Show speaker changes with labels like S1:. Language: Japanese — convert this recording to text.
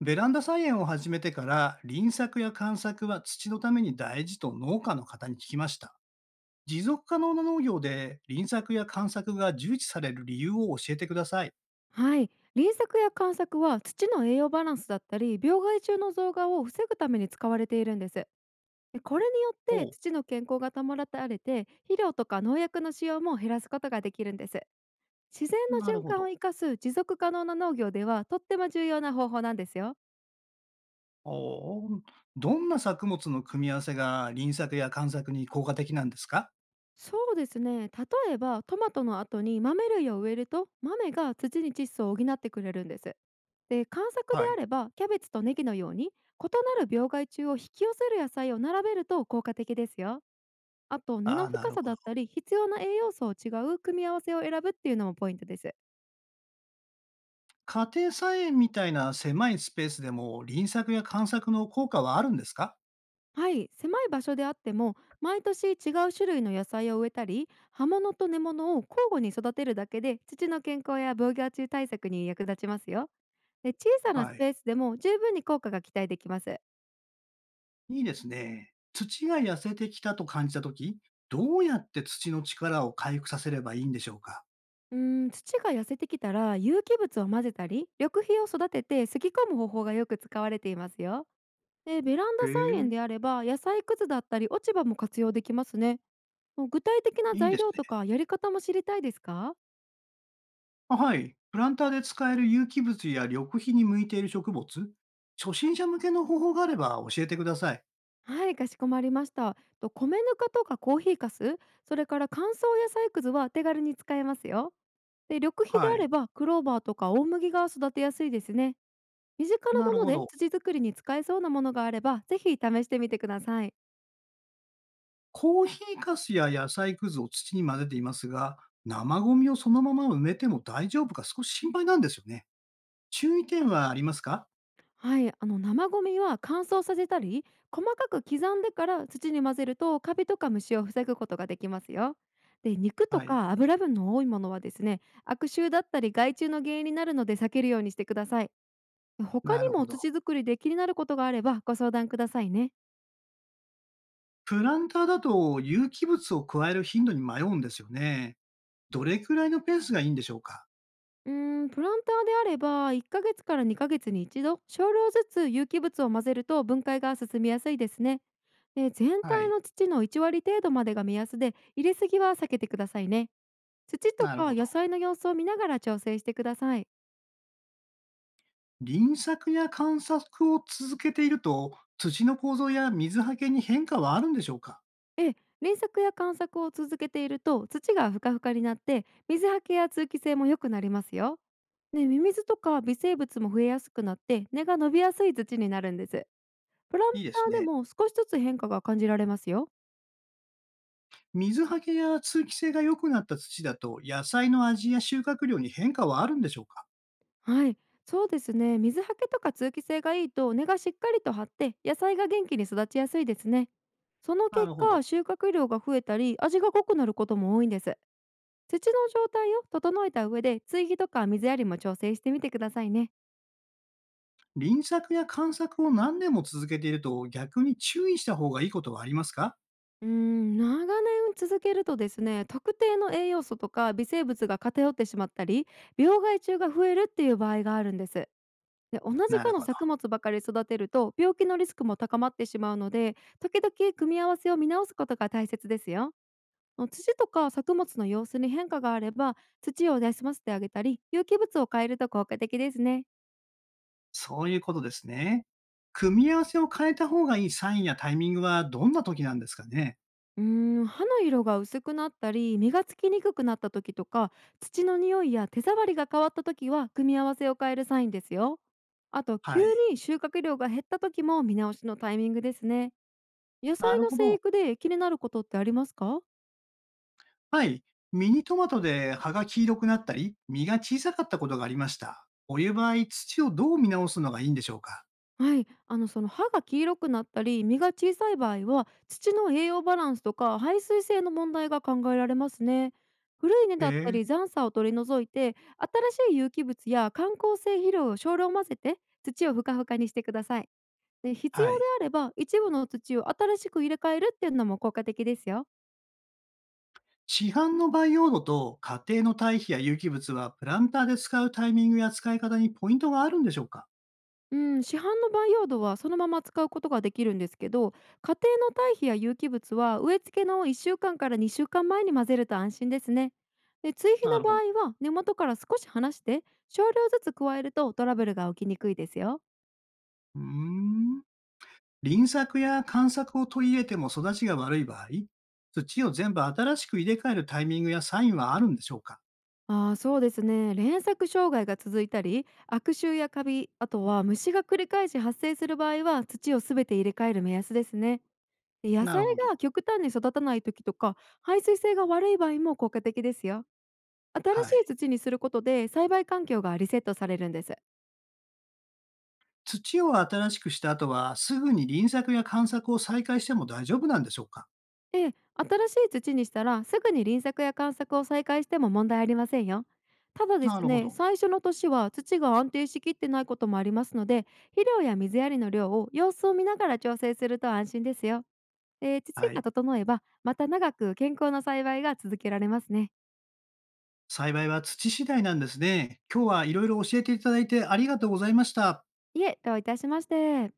S1: ベランダ菜園を始めてから輪作や観作は土のために大事と農家の方に聞きました。持続可能な農業で輪作や観作が重視される理由を教えてください。
S2: はい。輪作や観作は土の栄養バランスだったり病害虫の増加を防ぐために使われているんです。でこれによっ
S1: お
S2: て
S1: う。
S2: 土の健康が保たれて肥料とか農薬の使用も減らすことができるんです。自然
S1: なる
S2: の循
S1: ほ
S2: 環を
S1: ど。
S2: 生かす持続可能な農業ではとっても重要な方法なんですよ。
S1: おう。どんな作物の組み合わせが輪作や観作に効果的なんですか？
S2: そうですね。例えばトマトの後に豆類を植えると豆が土に窒素を補ってくれるんです。で観察で
S1: は
S2: あ
S1: い。
S2: ればキャベツとネギのように異なる病害虫を引き寄せる野菜を並べると効果的ですよ。あと根
S1: あ
S2: の
S1: あ、な
S2: 深
S1: る
S2: さ
S1: ほ
S2: だ
S1: ど。
S2: ったり必要な栄養素を違う組み合わせを選ぶっていうのもポイントです。
S1: 家庭菜園みたいな狭いスペースでも輪作や観作の効果はあるんですか？
S2: はい、狭い場所であっても毎年違う種類の野菜を植えたり葉物と根物を交互に育てるだけで土の健康や防御虫対策に役立ちますよ。で小さなス
S1: は
S2: ペ
S1: い。
S2: ースでも十分に効果が期待できます。
S1: いいですね。土が痩せてきたと感じたとき、どうやって土の力を回復させればいいんでしょうか？
S2: 土が痩せてきたら有機物を混ぜたり緑肥を育ててすき込む方法がよく使われていますよ。でベランダ菜
S1: ええ、
S2: 園であれば野菜くずだったり落ち葉も活用できますね。もう具体的な
S1: いい
S2: 材
S1: です
S2: 料と
S1: ね。
S2: かやり方も知りたいですか？
S1: あ、はい。プランターで使える有機物や緑肥に向いている植物、初心者向けの方法があれば教えてください。
S2: はい、かしこまりました。と米ぬかとかコーヒーかすそれから乾燥野菜くずは手軽に使えますよ。で緑肥で
S1: は
S2: あれ
S1: い。
S2: ばクローバーとか大麦が育てやすいですね。身近な
S1: な
S2: も
S1: る
S2: の
S1: ほ
S2: で
S1: ど。
S2: 土作りに使えそうなものがあればぜひ試してみてください。
S1: コーヒーかすや野菜くずを土に混ぜていますが、生ゴミをそのまま埋めても大丈夫か少し心配なんですよね。注意点はありますか？
S2: はい、あの生ゴミは乾燥させたり細かく刻んでから土に混ぜるとカビとか虫を防ぐことができますよ。で肉と
S1: はい。
S2: か油分の多いものはですね、悪臭だったり害虫の原因になるので避けるようにしてください。他
S1: な
S2: に
S1: る
S2: も
S1: ほど。
S2: 土作りで気になることがあればご相談くださいね。
S1: プランターだと有機物を加える頻度に迷うんですよね。どれくらいのペースがいいんでしょうか？
S2: プランターであれば1ヶ月から2ヶ月に一度少量ずつ有機物を混ぜると分解が進みやすいですね。で全
S1: は
S2: 体
S1: い。
S2: の土の1割程度までが目安で入れすぎは避けてくださいね。土と
S1: なる
S2: か
S1: ほど。
S2: 野菜の様子を見ながら調整してください。
S1: 輪作や観察を続けていると、土の構造や水はけに変化はあるんでしょうか？
S2: ええ、輪作や観作を続けていると土がふかふかになって水はけや通気性も良くなりますよ。ね、ミミズとか微生物も増えやすくなって根が伸びやすい土になるんです。プランタ
S1: いいです
S2: ーで
S1: ね。
S2: も少しずつ変化が感じられますよ。
S1: 水はけや通気性が良くなった土だと、野菜の味や収穫量に変化はあるんでしょうか？
S2: はい、そうですね。水はけとか通気性がいいと根がしっかりと張って野菜が元気に育ちやすいですね。その
S1: な
S2: 結
S1: るほ
S2: 果
S1: ど。
S2: 収穫量が増えたり味が濃くなることも多いんです。土の状態を整えた上で追肥とか水やりも調整してみてくださいね。
S1: 輪作や観作を何年も続けていると、逆に注意した方がいいことはありますか？
S2: 長年続けるとですね、特定の栄養素とか微生物が偏ってしまったり病害虫が増えるっていう場合があるんです。で同じ
S1: なる
S2: 科の
S1: ほど。
S2: 作物ばかり育てると病気のリスクも高まってしまうので時々組み合わせを見直すことが大切ですよ。土とか作物の様子に変化があれば土を休ませてあげたり有機物を変えると効果的ですね。
S1: そういうことですね。組み合わせを変えた方がいいサインやタイミングはどんな時なんですかね？
S2: 歯の色が薄くなったり実がつきにくくなった時とか土の匂いや手触りが変わった時は組み合わせを変えるサインですよ。あと急
S1: はい。
S2: に収穫量が減った時も見直しのタイミングですね。野
S1: な
S2: 菜
S1: る
S2: の
S1: ほ
S2: 生
S1: ど。
S2: 育で気になることってありますか？
S1: はい。ミニトマトで葉が黄色くなったり、実が小さかったことがありました。お湯い場合、土をどう見直すのがいいんでしょうか？
S2: はい、あのその歯が黄色くなったり実が小さい場合は土の栄養バランスとか排水性の問題が考えられますね。古い根
S1: へ
S2: だった
S1: え。
S2: り残砂を取り除いて新しい有機物や観光性肥料を少量混ぜて土をふかふかにしてください。で必
S1: は
S2: 要で
S1: い。
S2: あれば一部の土を新しく入れ替えるっていうのも効果的ですよ。
S1: 市販の培養土と家庭の堆肥や有機物はプランターで使うタイミングや使い方にポイントがあるんでしょうか？
S2: うん、市販の培養土はそのまま使うことができるんですけど家庭の堆肥や有機物は植え付けの1週間かんから2週間前に混ぜると安心ですね。で追肥
S1: な
S2: の
S1: る
S2: 場
S1: ほど。
S2: 合は根元から少し離して少量ずつ加えるとトラブルが起きにくいですよ。
S1: うーん。輪作や間作を取り入れても育ちが悪い場合、土を全部新しく入れ替えるタイミングやサインはあるんでしょうか？
S2: そうですね。連作障害が続いたり悪臭やカビあとは虫が繰り返し発生する場合は土をすべて入れ替える目安ですね。で野
S1: な
S2: 菜
S1: るほど。
S2: が極端に育たない時とか排水性が悪い場合も効果的ですよ。新
S1: は
S2: しい
S1: い。
S2: 土にすることで栽培環境がリセットされるんです。
S1: 土を新しくした後は、すぐに輪作や間作を再開しても大丈夫なんでしょうか？
S2: で、新しい土にしたらすぐに輪作や観作を再開しても問題ありませんよ。ただで
S1: な
S2: す
S1: るほ
S2: ね、
S1: ど。
S2: 最初の年は土が安定しきってないこともありますので、肥料や水やりの量を様子を見ながら調整すると安心ですよ。で、土
S1: は
S2: が
S1: い。
S2: 整えばまた長く健康な栽培が続けられますね。
S1: 栽培は土次第なんですね。今日はいろいろ教えていただいてありがとうございました。
S2: いえ、どういたしまして。